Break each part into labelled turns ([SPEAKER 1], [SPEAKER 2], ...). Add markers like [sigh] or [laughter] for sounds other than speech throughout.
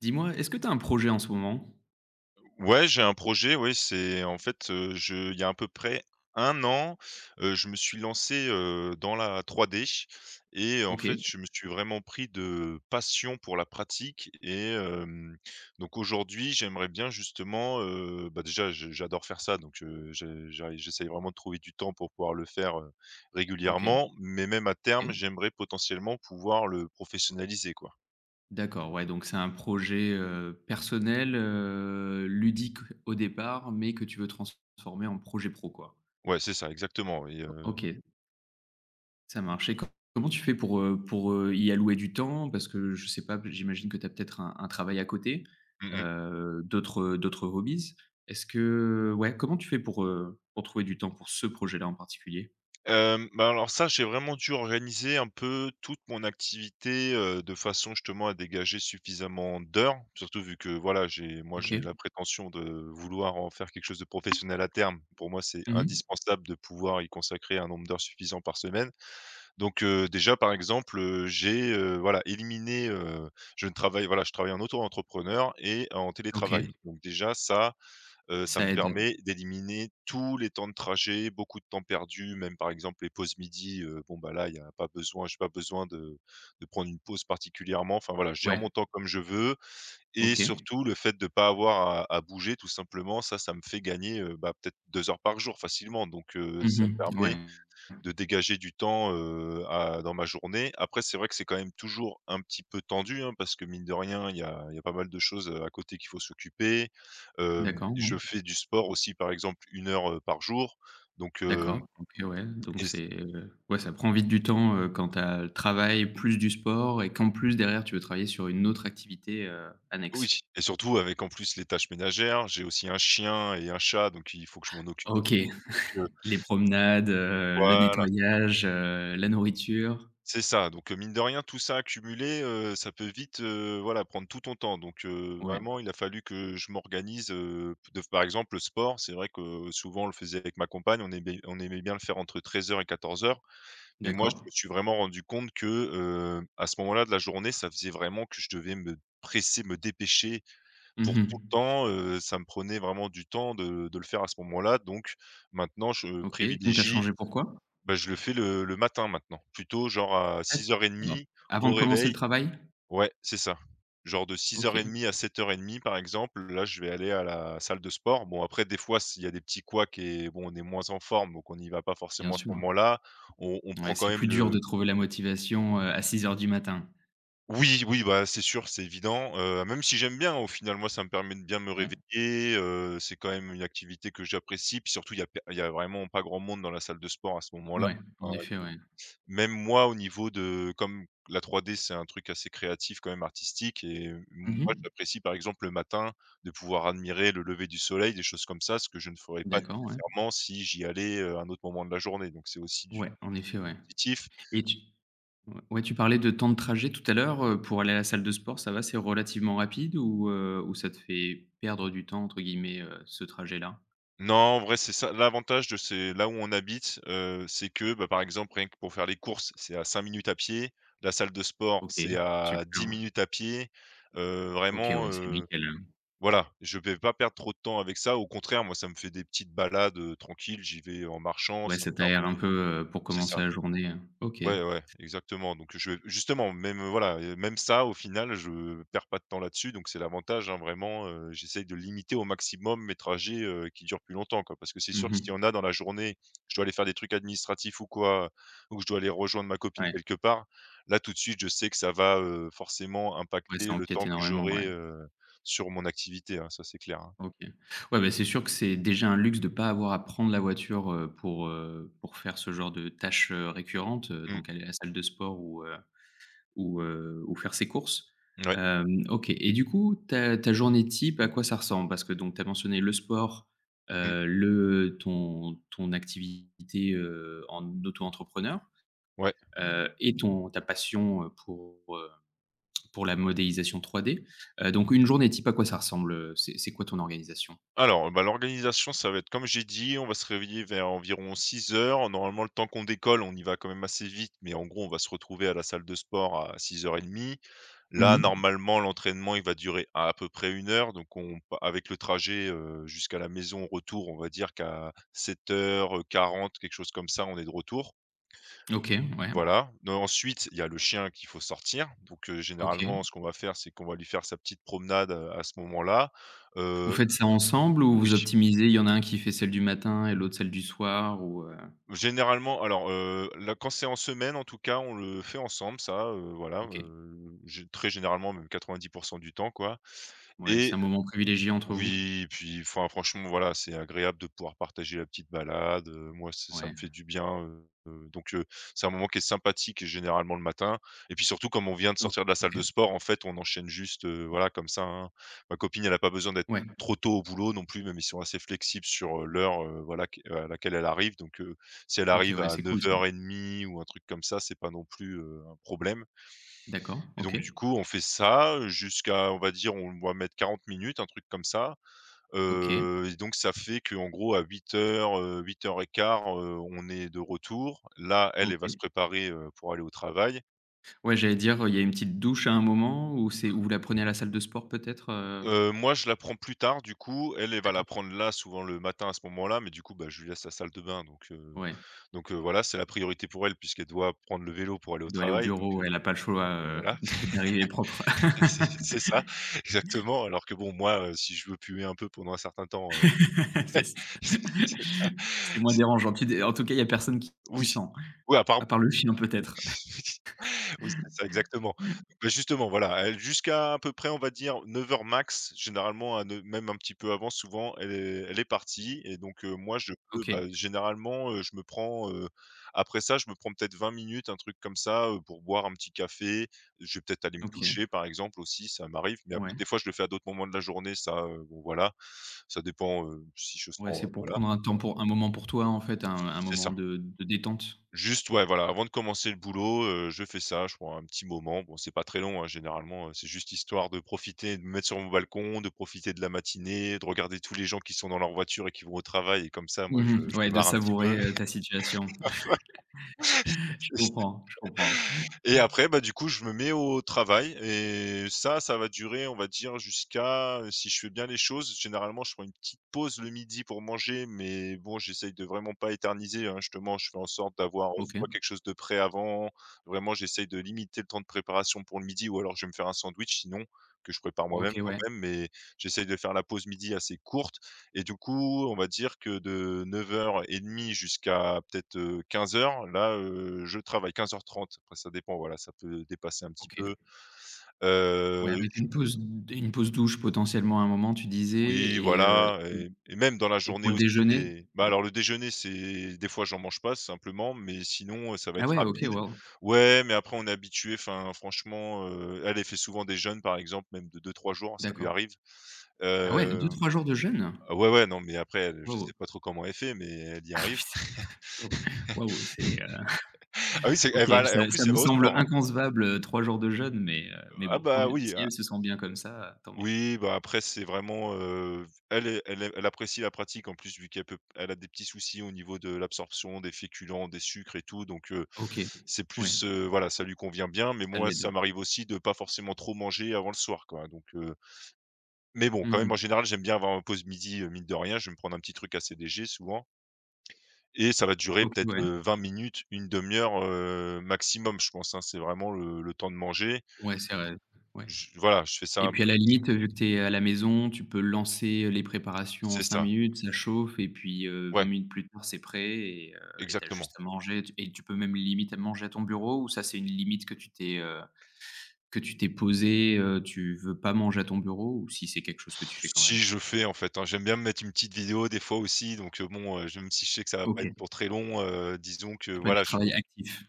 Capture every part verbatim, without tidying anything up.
[SPEAKER 1] Dis-moi, est-ce que tu as un projet en ce moment?
[SPEAKER 2] Ouais, j'ai un projet, oui, c'est en fait, heu, je il y a à peu près un an, heu, je me suis lancé, heu, dans la trois D. Et en fait,
[SPEAKER 1] OK,
[SPEAKER 2] je me suis vraiment pris de passion pour la pratique et hem, Donc aujourd'hui, j'aimerais bien justement, heu, bah, déjà, je j'adore faire ça, donc heu, je j'arrive j'essaye vraiment de trouver du temps pour pouvoir le faire, heu,
[SPEAKER 1] OK,
[SPEAKER 2] régulièrement, mais même à terme,
[SPEAKER 1] OK.
[SPEAKER 2] j'aimerais potentiellement pouvoir le professionnaliser, quoi.
[SPEAKER 1] D'accord, ouais, donc c'est un projet, heu, personnel, heu, ludique au départ, mais que tu veux transformer en projet pro, quoi.
[SPEAKER 2] Ouais, c'est ça, exactement, oui, heu,
[SPEAKER 1] OK, ça marche et co comment tu fais pour, heu, pour, heu, y allouer du temps? Parce que je sais pas, j'imagine que tu as peut-être un un travail à côté,
[SPEAKER 2] mmh mmh.
[SPEAKER 1] heu, d'autres, d'autres hobbies. Est-ce que Ouais, comment tu fais pour, heu, pour trouver du temps pour ce projet-là en particulier?
[SPEAKER 2] Hem, bah, alors ça, j'ai vraiment dû organiser un peu toute mon activité, heu, de façon justement à dégager suffisamment d'heures. Surtout vu que voilà, j'ai moi,
[SPEAKER 1] OK.
[SPEAKER 2] j'ai la prétention de vouloir en faire quelque chose de professionnel à terme. Pour moi, c'est
[SPEAKER 1] Mmh.
[SPEAKER 2] indispensable de pouvoir y consacrer un nombre d'heures suffisant par semaine. Donc, heu, déjà par exemple, heu, j'ai, heu, voilà éliminé, heu, je ne travaille voilà, je travaille en auto-entrepreneur et en télétravail.
[SPEAKER 1] OK.
[SPEAKER 2] Donc déjà ça, Heu, ça
[SPEAKER 1] Ça
[SPEAKER 2] me
[SPEAKER 1] aide.
[SPEAKER 2] permet d'éliminer tous les temps de trajet, beaucoup de temps perdu, même par exemple les pauses midi, heu, bon bah là, il y a pas besoin j'ai pas besoin de de prendre une pause particulièrement. Enfin voilà, je gère
[SPEAKER 1] Ouais.
[SPEAKER 2] mon temps comme je veux, et
[SPEAKER 1] OK.
[SPEAKER 2] surtout le fait de ne pas avoir à à bouger tout simplement, ça, ça me fait gagner, heu, bah peut-être deux heures par jour facilement, donc heu, ça me
[SPEAKER 1] Mmh. Ouais.
[SPEAKER 2] permet de dégager du temps, heu, à dans ma journée. Après, c'est vrai que c'est quand même toujours un petit peu tendu, hein, parce que mine de rien, il y a il y a pas mal de choses, heu, à côté qu'il faut s'occuper. Hem,
[SPEAKER 1] D'accord, ouais.
[SPEAKER 2] je fais du sport aussi, par exemple, une heure, heu, par jour. Donc, heu
[SPEAKER 1] D'accord, OK, ouais, donc
[SPEAKER 2] et s
[SPEAKER 1] c'est, heu, ouais, ça prend vite du temps, heu, quand tu as le travail plus du sport et qu'en plus derrière tu veux travailler sur une autre activité, heu, annexe.
[SPEAKER 2] oui, et surtout avec en plus les tâches ménagères. J'ai aussi un chien et un chat, donc il faut que je m'en occupe aussi.
[SPEAKER 1] OK,
[SPEAKER 2] Donc, heu,
[SPEAKER 1] les promenades, heu, le
[SPEAKER 2] voilà.
[SPEAKER 1] nettoyage, heu, la nourriture.
[SPEAKER 2] C'est ça, donc heu, mine de rien, tout ça accumulé, heu, ça peut vite, heu, voilà, prendre tout ton temps, donc heu,
[SPEAKER 1] Ouais,
[SPEAKER 2] vraiment, il a fallu que je m'organise, heu, de par exemple, le sport, c'est vrai que euh, souvent, on le faisait avec ma compagne, on aimait on aimait bien le faire entre treize heures et quatorze heures. Mais moi, je
[SPEAKER 1] d'accord.
[SPEAKER 2] me suis vraiment rendu compte que, heu, à ce moment-là de la journée, ça faisait vraiment que je devais me presser, me dépêcher pour tout le
[SPEAKER 1] Mmh.
[SPEAKER 2] temps, heu, ça me prenait vraiment du temps de de le faire à ce moment-là, donc maintenant, je
[SPEAKER 1] OK, donc tu as
[SPEAKER 2] privilégie
[SPEAKER 1] changé pourquoi?
[SPEAKER 2] bah, je le fais le le matin maintenant, plutôt genre à
[SPEAKER 1] D'accord.
[SPEAKER 2] six heures trente
[SPEAKER 1] Avant
[SPEAKER 2] au
[SPEAKER 1] de commencer le
[SPEAKER 2] réveil.
[SPEAKER 1] travail?
[SPEAKER 2] Ouais, c'est ça. Genre de
[SPEAKER 1] OK,
[SPEAKER 2] six heures trente à sept heures trente par exemple, là, je vais aller à la salle de sport. Bon après des fois, s'il y a des petits couacs et bon, on est moins en forme, donc on n'y va pas
[SPEAKER 1] bien
[SPEAKER 2] forcément à ce
[SPEAKER 1] sûr, ouais.
[SPEAKER 2] moment-là. On on
[SPEAKER 1] Ouais,
[SPEAKER 2] prend quand
[SPEAKER 1] c'est plus
[SPEAKER 2] même
[SPEAKER 1] dur de
[SPEAKER 2] le.
[SPEAKER 1] trouver la motivation, heu, à six heures du matin.
[SPEAKER 2] Oui, oui, bah, c'est sûr, c'est évident, heu, même si j'aime bien, au final, moi, ça me permet de bien me
[SPEAKER 1] Ouais,
[SPEAKER 2] réveiller, heu, c'est quand même une activité que j'apprécie, puis surtout il y a pe il y a vraiment pas grand monde dans la salle de sport à ce moment-là.
[SPEAKER 1] ouais, en
[SPEAKER 2] Enfin,
[SPEAKER 1] effet, ouais.
[SPEAKER 2] Même moi au niveau de comme la trois D, c'est un truc assez créatif quand même artistique, et moi
[SPEAKER 1] Mmh.
[SPEAKER 2] j'apprécie par exemple le matin de pouvoir admirer le lever du soleil, des choses comme ça, ce que je ne ferais pas
[SPEAKER 1] D'accord, ouais.
[SPEAKER 2] nécessairement si j'y allais, heu, à un autre moment de la journée, donc c'est aussi du
[SPEAKER 1] Ouais, en effet, ouais.
[SPEAKER 2] positif.
[SPEAKER 1] Et tu Ouais, ouais, tu parlais de temps de trajet tout à l'heure, heu, pour aller à la salle de sport, ça va, c'est relativement rapide ou heu, ou ça te fait «perdre du temps» entre guillemets, heu, ce trajet-là?
[SPEAKER 2] Non, en vrai, c'est ça l'avantage de c'est là où on habite, heu, c'est que, bah, par exemple, rien que pour faire les courses, c'est à cinq minutes à pied, la salle de sport,
[SPEAKER 1] OK,
[SPEAKER 2] c'est à dix
[SPEAKER 1] super.
[SPEAKER 2] minutes à pied, heu,
[SPEAKER 1] OK, ouais,
[SPEAKER 2] vraiment.
[SPEAKER 1] c'est nickel,
[SPEAKER 2] Voilà, je vais pas perdre trop de temps avec ça. Au contraire, moi, ça me fait des petites balades, heu, tranquilles. J'y vais en marchant,
[SPEAKER 1] ouais,
[SPEAKER 2] ça
[SPEAKER 1] ça
[SPEAKER 2] me
[SPEAKER 1] t'aère un
[SPEAKER 2] permet
[SPEAKER 1] peu, heu, pour
[SPEAKER 2] c'est
[SPEAKER 1] commencer
[SPEAKER 2] ça.
[SPEAKER 1] la journée, heu, OK.
[SPEAKER 2] Ouais, ouais, exactement. Donc je justement, même, heu, voilà, heu, même ça, au final, je perds pas de temps là-dessus, donc c'est l'avantage, hein, vraiment, heu, j'essaye de limiter au maximum mes trajets, heu, qui durent plus longtemps, quoi. Parce que c'est sûr que s'il y
[SPEAKER 1] Mmh.
[SPEAKER 2] en a dans la journée, je dois aller faire des trucs administratifs ou quoi, ou que je dois aller rejoindre ma copine
[SPEAKER 1] Ouais,
[SPEAKER 2] quelque part, là, tout de suite, je sais que ça va, heu, forcément
[SPEAKER 1] ouais, ça
[SPEAKER 2] impacter le
[SPEAKER 1] empiète
[SPEAKER 2] temps que
[SPEAKER 1] énormément, ouais.
[SPEAKER 2] j'aurai, heu, sur mon activité, hein, ça, c'est clair, hein.
[SPEAKER 1] OK. Ouais, bah, c'est sûr que c'est déjà un luxe de pas avoir à prendre la voiture, heu, pour, heu, pour faire ce genre de tâches, heu, récurrentes, heu,
[SPEAKER 2] Mmh.
[SPEAKER 1] donc aller à la salle de sport ou euh, ou, heu, ou faire ses courses.
[SPEAKER 2] Ouais.
[SPEAKER 1] Hem, OK et du coup, ta ta journée type, à quoi ça ressemble? Parce que donc tu as mentionné le sport,
[SPEAKER 2] Mmh.
[SPEAKER 1] heu, le ton ton activité, heu, en auto-entrepreneur,
[SPEAKER 2] Ouais.
[SPEAKER 1] heu et ton ta passion, heu, pour, heu, pour la modélisation trois d. Heu, donc une journée type, à quoi ça ressemble? C'est c'est quoi ton organisation?
[SPEAKER 2] Alors, bah, l'organisation, ça va être comme j'ai dit, on va se réveiller vers environ six heures. Normalement, le temps qu'on décolle, on y va quand même assez vite, mais en gros, on va se retrouver à la salle de sport à six heures trente. Là,
[SPEAKER 1] Mmh.
[SPEAKER 2] normalement, l'entraînement, il va durer à à peu près une heure, donc on pa avec le trajet, heu, jusqu'à la maison, retour, on va dire qu'à sept heures quarante, quelque chose comme ça, on est de retour.
[SPEAKER 1] OK, ouais,
[SPEAKER 2] Voilà. Heu, ensuite, il y a le chien qu'il faut sortir, donc heu, généralement,
[SPEAKER 1] OK.
[SPEAKER 2] ce qu'on va faire, c'est qu'on va lui faire sa petite promenade, heu, à ce moment-là.
[SPEAKER 1] Vous faites ça ensemble ou
[SPEAKER 2] Oui,
[SPEAKER 1] vous optimisez? Il y en a un qui fait celle du matin et l'autre celle du soir ou, heu?
[SPEAKER 2] généralement alors, heu, là, quand c'est en semaine, en tout cas, on le fait ensemble ça, heu, voilà,
[SPEAKER 1] OK,
[SPEAKER 2] heu, gé très généralement, même quatre-vingt-dix du temps, quoi.
[SPEAKER 1] ouais, c'est
[SPEAKER 2] Et
[SPEAKER 1] un moment privilégié entre vous?
[SPEAKER 2] oui, et puis enfin franchement voilà, c'est agréable de pouvoir partager la petite balade, heu, moi c'est ça
[SPEAKER 1] Ouais.
[SPEAKER 2] me fait du bien, heu heu, donc heu, c'est un moment qui est sympathique et généralement le matin et puis surtout comme on vient de
[SPEAKER 1] O
[SPEAKER 2] sortir de la salle
[SPEAKER 1] OK.
[SPEAKER 2] de sport, en fait, on enchaîne juste, heu, voilà comme ça, hein. Ma copine, elle a pas besoin d'être
[SPEAKER 1] Ouais.
[SPEAKER 2] trop tôt au boulot non plus, même ils sont assez flexibles sur, heu, l'heure, heu, voilà qu à laquelle elle arrive, donc heu, si elle
[SPEAKER 1] OK,
[SPEAKER 2] arrive
[SPEAKER 1] ouais,
[SPEAKER 2] à
[SPEAKER 1] c'est cool ça.
[SPEAKER 2] neuf heures trente ou un truc comme ça, c'est pas non plus, heu, un problème.
[SPEAKER 1] D'accord.
[SPEAKER 2] Et donc
[SPEAKER 1] OK.
[SPEAKER 2] du coup, on fait ça, jusqu'à on va dire on va mettre quarante minutes, un truc comme ça.
[SPEAKER 1] OK.
[SPEAKER 2] Heu et donc ça fait qu'en gros à huit heures, heures huit heures quinze, heu, on est de retour. Là, elle, elle va se
[SPEAKER 1] OK.
[SPEAKER 2] préparer, heu, pour aller au travail.
[SPEAKER 1] Ouais, j'allais dire, heu, il y a une petite douche à un moment ou c'est ou vous la prenez à la salle de sport peut-être, heu?
[SPEAKER 2] Heu, moi, je la prends plus tard du coup. Elle, elle va la
[SPEAKER 1] D'accord.
[SPEAKER 2] prendre là, souvent le matin à ce moment-là, mais du coup, bah, je lui laisse la salle de bain, donc heu
[SPEAKER 1] Ouais.
[SPEAKER 2] donc heu, voilà, c'est la priorité pour elle puisqu'elle doit prendre le vélo pour aller au
[SPEAKER 1] Elle doit aller au
[SPEAKER 2] travail, donc
[SPEAKER 1] bureau,
[SPEAKER 2] heu,
[SPEAKER 1] ouais, elle a pas le choix, heu,
[SPEAKER 2] voilà,
[SPEAKER 1] [laughs] de d'arriver propre.
[SPEAKER 2] [laughs] c'est c'est
[SPEAKER 1] [laughs]
[SPEAKER 2] ça, [laughs] exactement. Alors que bon, moi, heu, si je veux puer un peu pendant un certain temps, heu,
[SPEAKER 1] Yes.
[SPEAKER 2] [laughs]
[SPEAKER 1] C'est moins dérangeant. Tu dé En tout cas, il y a personne qui qui
[SPEAKER 2] oui.
[SPEAKER 1] sent,
[SPEAKER 2] Oui, à part.
[SPEAKER 1] à part le chien peut-être.
[SPEAKER 2] Oui, c'est ça, exactement. Bah, justement, voilà, elle jusqu'à à peu près, on va dire neuf heures max, généralement à neu même un petit peu avant souvent, elle est elle est partie, et donc heu, moi je peux,
[SPEAKER 1] OK.
[SPEAKER 2] bah, généralement, heu, je me prends, heu, après ça, je me prends peut-être vingt minutes, un truc comme ça, heu, pour boire un petit café. Je vais peut-être aller me
[SPEAKER 1] OK.
[SPEAKER 2] toucher par exemple aussi, ça m'arrive, mais
[SPEAKER 1] Ouais.
[SPEAKER 2] après des fois, je le fais à d'autres moments de la journée, ça, heu, bon voilà, ça dépend, heu, si je
[SPEAKER 1] Ouais,
[SPEAKER 2] sens,
[SPEAKER 1] c'est
[SPEAKER 2] heu,
[SPEAKER 1] pour
[SPEAKER 2] voilà.
[SPEAKER 1] prendre un temps pour un moment pour toi en fait, un un
[SPEAKER 2] C'est
[SPEAKER 1] moment
[SPEAKER 2] ça.
[SPEAKER 1] de de détente.
[SPEAKER 2] Juste, ouais, voilà, avant de commencer le boulot, heu, je fais ça, je prends un petit moment. Bon, c'est pas très long, hein, généralement, heu, c'est juste histoire de profiter, de me mettre sur mon balcon, de profiter de la matinée, de regarder tous les gens qui sont dans leur voiture et qui vont au travail, et comme ça, moi,
[SPEAKER 1] Mmh
[SPEAKER 2] je
[SPEAKER 1] mh.
[SPEAKER 2] je
[SPEAKER 1] Ouais,
[SPEAKER 2] me
[SPEAKER 1] de
[SPEAKER 2] marre un petit
[SPEAKER 1] savourer,
[SPEAKER 2] peu.
[SPEAKER 1] heu, ta situation. Je comprends, je comprends.
[SPEAKER 2] Et après, bah, du coup, je me mets au travail, et ça, ça va durer, on va dire, jusqu'à si je fais bien les choses, généralement, je prends une petite pause le midi pour manger, mais bon, j'essaye de vraiment pas éterniser, hein. Justement, je fais en sorte d'avoir, heu,
[SPEAKER 1] OK,
[SPEAKER 2] soit quelque chose de prêt avant, vraiment, j'essaye de limiter le temps de préparation pour le midi ou alors je vais me faire un sandwich sinon, que je prépare moi-même
[SPEAKER 1] OK, ouais,
[SPEAKER 2] quand même, mais j'essaye de faire la pause midi assez courte. Et du coup, on va dire que de neuf heures trente jusqu'à peut-être, heu, quinze heures, là, heu, je travaille quinze heures trente. Après ça dépend, voilà, ça peut dépasser un petit
[SPEAKER 1] OK.
[SPEAKER 2] peu. Heu,
[SPEAKER 1] Ouais,
[SPEAKER 2] Mmh.
[SPEAKER 1] avec une pause une pause douche potentiellement à un moment, tu disais
[SPEAKER 2] Oui,
[SPEAKER 1] et heu
[SPEAKER 2] voilà,
[SPEAKER 1] et
[SPEAKER 2] et et même dans la
[SPEAKER 1] et pour
[SPEAKER 2] journée
[SPEAKER 1] le
[SPEAKER 2] aussi
[SPEAKER 1] déjeuner?
[SPEAKER 2] des bah,
[SPEAKER 1] Ouais.
[SPEAKER 2] alors le déjeuner, c'est des fois j'en mange pas simplement, mais sinon, heu, ça va
[SPEAKER 1] Ah
[SPEAKER 2] être
[SPEAKER 1] ouais, OK,
[SPEAKER 2] rapide.
[SPEAKER 1] wow,
[SPEAKER 2] Ouais, mais après on est habitué. Enfin franchement, heu, elle, elle fait souvent des jeûnes par exemple, même de deux, trois jours, ça lui
[SPEAKER 1] d'accord.
[SPEAKER 2] arrive.
[SPEAKER 1] Ah ouais, deux
[SPEAKER 2] Heu,
[SPEAKER 1] trois jours de jeûne?
[SPEAKER 2] ouais, ouais, non mais après, elle, je
[SPEAKER 1] Wow,
[SPEAKER 2] sais pas trop comment elle fait, mais elle y arrive.
[SPEAKER 1] wow, waouh, c'est, heu,
[SPEAKER 2] Ah oui, c'est
[SPEAKER 1] OK,
[SPEAKER 2] elle va et en
[SPEAKER 1] ça ça
[SPEAKER 2] plus elle
[SPEAKER 1] nous
[SPEAKER 2] va au
[SPEAKER 1] semble
[SPEAKER 2] sport, hein.
[SPEAKER 1] inconcevable, heu, trois jours de jeûne, mais heu, mais
[SPEAKER 2] Ah
[SPEAKER 1] bon, tant
[SPEAKER 2] bah,
[SPEAKER 1] mieux.
[SPEAKER 2] oui,
[SPEAKER 1] Si
[SPEAKER 2] ah
[SPEAKER 1] elle se sent bien comme ça, tant mieux.
[SPEAKER 2] oui, bah, après c'est vraiment, heu, elle est elle est elle apprécie la pratique, en plus vu qu'elle peut elle a des petits soucis au niveau de l'absorption des féculents, des sucres et tout, donc heu,
[SPEAKER 1] OK,
[SPEAKER 2] c'est
[SPEAKER 1] ouais,
[SPEAKER 2] plus, heu, voilà, ça lui convient bien. Mais
[SPEAKER 1] ça
[SPEAKER 2] moi
[SPEAKER 1] l'aide, ouais.
[SPEAKER 2] ça m'arrive aussi de pas forcément trop manger avant le soir, quoi. Donc heu, mais bon, quand même en
[SPEAKER 1] Mmh.
[SPEAKER 2] général j'aime bien avoir ma pause midi, heu, mine de rien, je vais me prendre un petit truc assez léger souvent et ça va durer
[SPEAKER 1] OK,
[SPEAKER 2] peut-être,
[SPEAKER 1] ouais.
[SPEAKER 2] heu, vingt minutes, une demi heure, heu, maximum je pense, hein. C'est vraiment le le temps de manger.
[SPEAKER 1] Ouais, c'est vrai, ouais.
[SPEAKER 2] Je voilà, je fais ça
[SPEAKER 1] Et
[SPEAKER 2] un
[SPEAKER 1] puis à
[SPEAKER 2] peu
[SPEAKER 1] la
[SPEAKER 2] vite.
[SPEAKER 1] limite, vu que tu es à la maison, tu peux lancer les préparations en
[SPEAKER 2] C'est
[SPEAKER 1] cinq
[SPEAKER 2] ça,
[SPEAKER 1] minutes, ça chauffe et puis, heu, vingt
[SPEAKER 2] ouais,
[SPEAKER 1] minutes plus tard, c'est prêt et heu, tu as
[SPEAKER 2] exactement.
[SPEAKER 1] juste à manger tu et tu peux même limite à manger à ton bureau ou ça, c'est une limite que tu t'es, heu, que tu t'es posée, heu, tu veux pas manger à ton bureau ou si c'est quelque chose que tu fais
[SPEAKER 2] Pff,
[SPEAKER 1] quand même?
[SPEAKER 2] si je fais, en fait, hein, j'aime bien me mettre une petite vidéo des fois aussi, donc heu, bon, heu, je même si je sais que ça va
[SPEAKER 1] OK,
[SPEAKER 2] pas être pour très long, heu, disons que
[SPEAKER 1] c'est pas du
[SPEAKER 2] voilà, je
[SPEAKER 1] travail actif.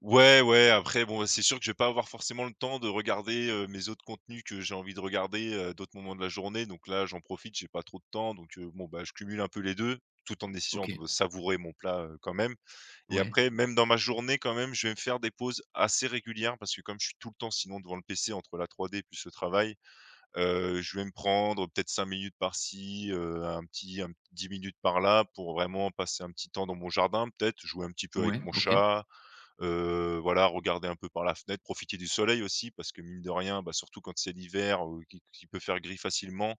[SPEAKER 2] ouais, ouais, après bon, c'est sûr que je vais pas avoir forcément le temps de regarder, heu, mes autres contenus que j'ai envie de regarder, heu, d'autres moments de la journée. Donc là, j'en profite, j'ai pas trop de temps, donc heu, bon, bah, je cumule un peu les deux, tout en essayant
[SPEAKER 1] OK.
[SPEAKER 2] de savourer mon plat, heu, quand même. Et
[SPEAKER 1] Ouais.
[SPEAKER 2] après, même dans ma journée quand même, je vais me faire des pauses assez régulières parce que comme je suis tout le temps sinon devant le P C entre la trois D plus le travail, heu, je vais me prendre peut-être cinq minutes par-ci, heu, un petit un dix minutes par-là, pour vraiment passer un petit temps dans mon jardin peut-être, jouer un petit peu avec
[SPEAKER 1] Ouais,
[SPEAKER 2] mon
[SPEAKER 1] OK.
[SPEAKER 2] chat, heu, voilà, regarder un peu par la fenêtre, profiter du soleil aussi parce que mine de rien, bah, surtout quand c'est l'hiver, heu, qui qui peut faire gris facilement.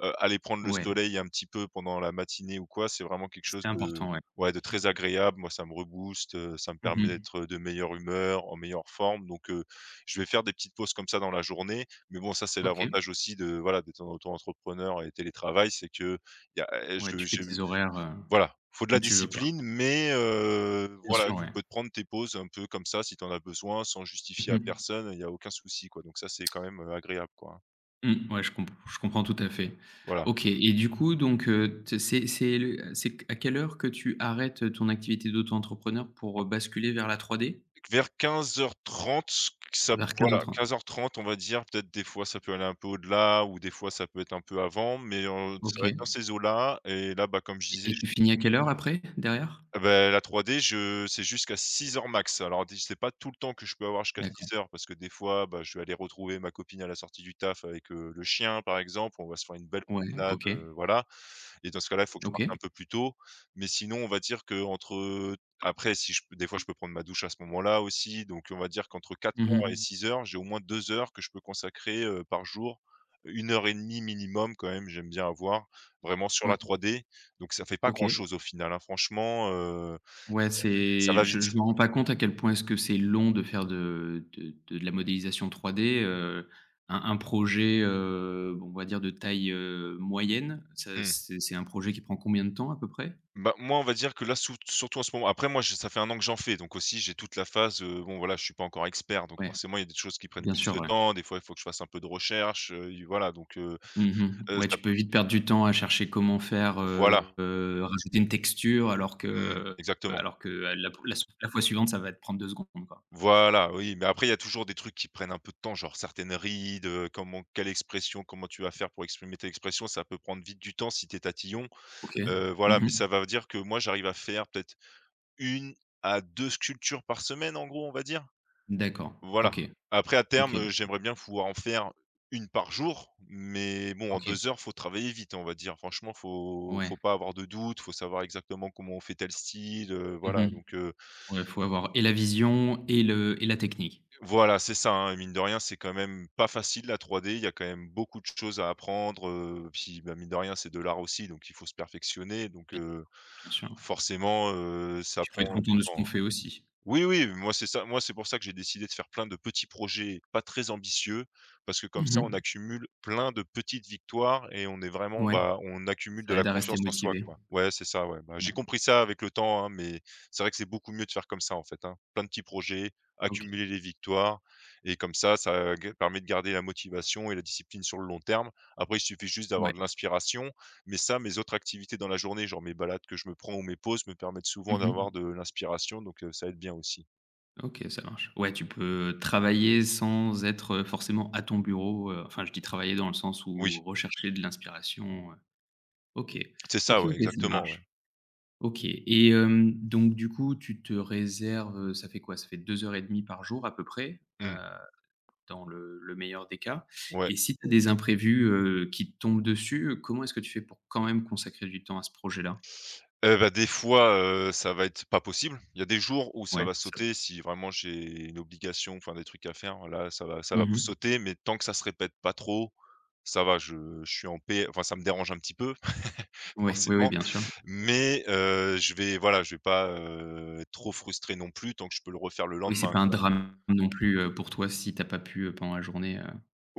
[SPEAKER 2] Heu, aller prendre le
[SPEAKER 1] Ouais,
[SPEAKER 2] soleil un petit peu pendant la matinée ou quoi, c'est vraiment quelque
[SPEAKER 1] c'est
[SPEAKER 2] chose de
[SPEAKER 1] important, ouais.
[SPEAKER 2] ouais, de très agréable. Moi, ça me rebooste, heu, ça me permet
[SPEAKER 1] Mmh.
[SPEAKER 2] d'être de meilleure humeur, en meilleure forme, donc heu, je vais faire des petites pauses comme ça dans la journée. Mais bon, ça, c'est
[SPEAKER 1] OK.
[SPEAKER 2] l'avantage aussi de voilà, d'être en auto-entrepreneur et télétravail, c'est qu'il y a, heu,
[SPEAKER 1] Ouais,
[SPEAKER 2] je
[SPEAKER 1] tu fais
[SPEAKER 2] j'ai
[SPEAKER 1] tes
[SPEAKER 2] eu
[SPEAKER 1] horaires, heu,
[SPEAKER 2] voilà, faut de
[SPEAKER 1] comme
[SPEAKER 2] la
[SPEAKER 1] tu veux, quoi.
[SPEAKER 2] discipline, mais heu,
[SPEAKER 1] Bien sûr,
[SPEAKER 2] voilà, tu
[SPEAKER 1] ouais.
[SPEAKER 2] peux te prendre tes pauses un peu comme ça si tu en as besoin, sans justifier à
[SPEAKER 1] Mmh.
[SPEAKER 2] personne, il y a aucun souci, quoi. Donc ça, c'est quand même, heu, agréable, quoi, hein.
[SPEAKER 1] Mmh, ouais, je comp je comprends tout à fait.
[SPEAKER 2] Voilà.
[SPEAKER 1] OK et du coup donc, heu, t c'est c'est le c'est à quelle heure que tu arrêtes, euh, ton activité d'auto-entrepreneur pour, heu, basculer vers la trois d,
[SPEAKER 2] Vers quinze heures trente, ça
[SPEAKER 1] vers quinze heures
[SPEAKER 2] voilà,
[SPEAKER 1] trente
[SPEAKER 2] quinze heures trente, on va dire, peut-être. Des fois ça peut aller un peu au-delà ou des fois ça peut être un peu avant, mais heu, ça
[SPEAKER 1] OK
[SPEAKER 2] va être dans
[SPEAKER 1] et
[SPEAKER 2] ces eaux-là. Et là, bah, comme je disais,
[SPEAKER 1] et tu
[SPEAKER 2] je
[SPEAKER 1] finis à quelle heure après, derrière?
[SPEAKER 2] ah beh, la trois D, je c'est jusqu'à six heures max. Alors dis c'est pas tout le temps que je peux avoir jusqu'à
[SPEAKER 1] D'accord.
[SPEAKER 2] six heures parce que des fois, bah, je vais aller retrouver ma copine à la sortie du taf avec, heu, le chien, par exemple, on va se faire une belle
[SPEAKER 1] Ouais,
[SPEAKER 2] promenade,
[SPEAKER 1] OK.
[SPEAKER 2] heu, voilà. Et dans ce cas-là, il faut que je parte un
[SPEAKER 1] OK.
[SPEAKER 2] peu plus tôt. Mais sinon, on va dire qu'entre, heu, après si je peux des fois, je peux prendre ma douche à ce moment-là aussi. Donc on va dire qu'entre quatre heures et
[SPEAKER 1] Mmh.
[SPEAKER 2] six heures, j'ai au moins deux heures que je peux consacrer, heu, par jour. Une heure et demie minimum quand même, j'aime bien avoir, vraiment sur
[SPEAKER 1] Ouais,
[SPEAKER 2] la trois D. Donc ça fait pas
[SPEAKER 1] OK.
[SPEAKER 2] grand-chose au final, hein. Franchement, heu,
[SPEAKER 1] Ouais,
[SPEAKER 2] ça
[SPEAKER 1] c'est
[SPEAKER 2] va
[SPEAKER 1] je je me
[SPEAKER 2] vite.
[SPEAKER 1] rends pas compte à quel point est-ce que c'est long de faire de de de de la modélisation trois D, heu, un un projet, heu, bon, on va dire de taille, heu, moyenne, ça
[SPEAKER 2] Mmh.
[SPEAKER 1] c'est c'est un projet qui prend combien de temps à peu près?
[SPEAKER 2] Bah, moi, on va dire que là, sourt surtout en ce moment. Après moi, je ça fait un an que j'en fais, donc aussi j'ai toute la phase, heu, bon voilà, je suis pas encore expert, donc
[SPEAKER 1] Ouais,
[SPEAKER 2] forcément il y a des choses qui prennent
[SPEAKER 1] bien
[SPEAKER 2] plus
[SPEAKER 1] sûr,
[SPEAKER 2] de
[SPEAKER 1] ouais.
[SPEAKER 2] temps. Des fois, il faut que je fasse un peu de recherche, heu, il voilà donc heu
[SPEAKER 1] Mmh.
[SPEAKER 2] heu,
[SPEAKER 1] Ouais,
[SPEAKER 2] ça
[SPEAKER 1] tu peux
[SPEAKER 2] peut
[SPEAKER 1] vite perdre du temps à chercher comment faire,
[SPEAKER 2] voilà.
[SPEAKER 1] heu, heu, rajouter une texture alors que,
[SPEAKER 2] Mmh,
[SPEAKER 1] euh,
[SPEAKER 2] exactement.
[SPEAKER 1] alors que la la la fois suivante, ça va te prendre deux secondes, quoi.
[SPEAKER 2] Voilà, oui, mais après il y a toujours des trucs qui prennent un peu de temps, genre certaines rides, heu, comment quelle expression, comment tu vas faire pour exprimer telle expression, ça peut prendre vite du temps si t'es tatillon.
[SPEAKER 1] OK.
[SPEAKER 2] Heu, voilà, mais
[SPEAKER 1] Mmh.
[SPEAKER 2] ça va dire que moi, j'arrive à faire peut-être une à deux sculptures par semaine en gros, on va dire.
[SPEAKER 1] D'accord.
[SPEAKER 2] Voilà.
[SPEAKER 1] OK.
[SPEAKER 2] Après à
[SPEAKER 1] OK,
[SPEAKER 2] terme, heu,
[SPEAKER 1] OK,
[SPEAKER 2] j'aimerais bien pouvoir en faire une par jour, mais bon en
[SPEAKER 1] OK.
[SPEAKER 2] deux heures, faut travailler vite, on va dire. Franchement, faut
[SPEAKER 1] Ouais.
[SPEAKER 2] faut pas avoir de doute, faut savoir exactement comment on fait tel style, heu, voilà
[SPEAKER 1] Mmh.
[SPEAKER 2] donc heu,
[SPEAKER 1] Ouais, faut avoir et la vision et le et la technique.
[SPEAKER 2] voilà, c'est ça, hein, mine de rien, c'est quand même pas facile la trois D. Il y a quand même beaucoup de choses à apprendre, heu, puis, bah, mine de rien, c'est de l'art aussi, donc il faut se perfectionner donc
[SPEAKER 1] Bien
[SPEAKER 2] heu,
[SPEAKER 1] bien sûr.
[SPEAKER 2] forcément, heu, ça
[SPEAKER 1] Puis faut être
[SPEAKER 2] prend du
[SPEAKER 1] content de ce
[SPEAKER 2] temps,
[SPEAKER 1] qu'on
[SPEAKER 2] hein.
[SPEAKER 1] fait aussi.
[SPEAKER 2] Oui, oui, moi c'est ça. Moi, c'est pour ça que j'ai décidé de faire plein de petits projets pas très ambitieux, parce que comme
[SPEAKER 1] Mmh
[SPEAKER 2] ça, on
[SPEAKER 1] mh.
[SPEAKER 2] accumule plein de petites victoires et on est vraiment,
[SPEAKER 1] Ouais,
[SPEAKER 2] bah, on accumule de
[SPEAKER 1] ça
[SPEAKER 2] la
[SPEAKER 1] aide à rester
[SPEAKER 2] confiance en soi,
[SPEAKER 1] motivé.
[SPEAKER 2] quoi. Ouais, c'est ça, ouais. Bah, j'ai
[SPEAKER 1] Ouais,
[SPEAKER 2] compris ça avec le temps, hein, mais c'est vrai que c'est beaucoup mieux de faire comme ça, en fait, hein. Plein de petits projets,
[SPEAKER 1] OK.
[SPEAKER 2] accumuler les victoires, et comme ça, ça ga- permet de garder la motivation et la discipline sur le long terme. Après, il suffit juste d'avoir de
[SPEAKER 1] Ouais.
[SPEAKER 2] l'inspiration, mais ça, mes autres activités dans la journée, genre mes balades que je me prends ou mes pauses me permettent souvent
[SPEAKER 1] Mmh
[SPEAKER 2] d'avoir
[SPEAKER 1] mh.
[SPEAKER 2] de l'inspiration, donc heu, ça aide bien aussi.
[SPEAKER 1] OK, ça marche. Ouais, tu peux travailler sans être, heu, forcément à ton bureau, heu, enfin, je dis travailler dans le sens
[SPEAKER 2] Oui,
[SPEAKER 1] où rechercher de l'inspiration, heu, OK.
[SPEAKER 2] c'est ça,
[SPEAKER 1] OK,
[SPEAKER 2] ouais,
[SPEAKER 1] OK, ça
[SPEAKER 2] exactement, ouais.
[SPEAKER 1] marche. OK et hem, donc du coup, tu te réserves, heu, ça fait quoi? Ça fait deux heures et demie par jour à peu près? Heu
[SPEAKER 2] Mmh.
[SPEAKER 1] dans le le meilleur des cas
[SPEAKER 2] Ouais.
[SPEAKER 1] et si tu as des imprévus, heu, qui te tombent dessus, heu, comment est-ce que tu fais pour quand même consacrer du temps à ce projet-là?
[SPEAKER 2] Eh bah, des fois, heu, ça va être pas possible. Il y a des jours où ça
[SPEAKER 1] Ouais,
[SPEAKER 2] va
[SPEAKER 1] ça
[SPEAKER 2] sauter si vraiment j'ai une obligation, enfin des trucs à faire, là, ça va ça va
[SPEAKER 1] mmh.
[SPEAKER 2] sauter, mais tant que ça se répète pas trop, ça va, je je suis en paix. Enfin, ça me dérange un petit peu, [laughs]
[SPEAKER 1] Ouais, oui, oui,
[SPEAKER 2] forcément,
[SPEAKER 1] bien sûr.
[SPEAKER 2] mais heu, je vais voilà, je vais pas, heu, être trop frustré non plus tant que je peux le refaire le
[SPEAKER 1] Oui, c'est
[SPEAKER 2] lendemain,
[SPEAKER 1] pas un
[SPEAKER 2] quoi.
[SPEAKER 1] drame non plus, heu, pour toi si t'as pas pu, heu, pendant la journée, heu,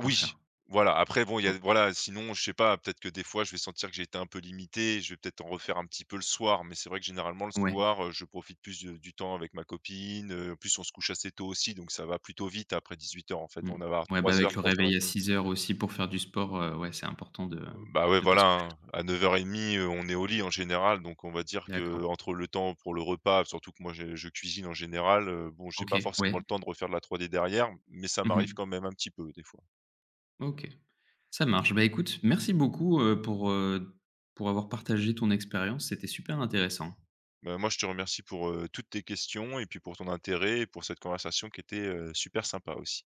[SPEAKER 1] en faire.
[SPEAKER 2] voilà, après bon, il y
[SPEAKER 1] O
[SPEAKER 2] a voilà, sinon je sais pas, peut-être que des fois je vais sentir que j'ai été un peu limité, je vais peut-être en refaire un petit peu le soir, mais c'est vrai que généralement le
[SPEAKER 1] Ouais,
[SPEAKER 2] soir, heu, je profite plus de du temps avec ma copine, heu, en plus on se couche assez tôt aussi, donc ça va plutôt vite après dix-huit heures. En fait,
[SPEAKER 1] mmh.
[SPEAKER 2] on va à trois heures, avoir
[SPEAKER 1] Ouais, bah, avec le réveil à
[SPEAKER 2] trois heures-trois heures trente.
[SPEAKER 1] six heures aussi pour faire du sport, heu, ouais, c'est important de
[SPEAKER 2] Bah, ouais,
[SPEAKER 1] de pas se
[SPEAKER 2] voilà,
[SPEAKER 1] coucher.
[SPEAKER 2] hein, à neuf heures trente, heu, on est au lit en général, donc on va dire que
[SPEAKER 1] D'accord.
[SPEAKER 2] entre le temps pour le repas, surtout que moi je je cuisine en général, heu, bon, j'ai pas
[SPEAKER 1] OK, ouais.
[SPEAKER 2] forcément le temps de refaire de la trois D derrière, mais ça m'arrive
[SPEAKER 1] Mmh.
[SPEAKER 2] quand même un petit peu des fois.
[SPEAKER 1] OK, ça marche. Bah, écoute, merci beaucoup, heu, pour, heu, pour avoir partagé ton expérience, c'était super intéressant.
[SPEAKER 2] Bah, moi, je te remercie pour, heu, toutes tes questions et puis pour ton intérêt et pour cette conversation qui était, heu, super sympa aussi.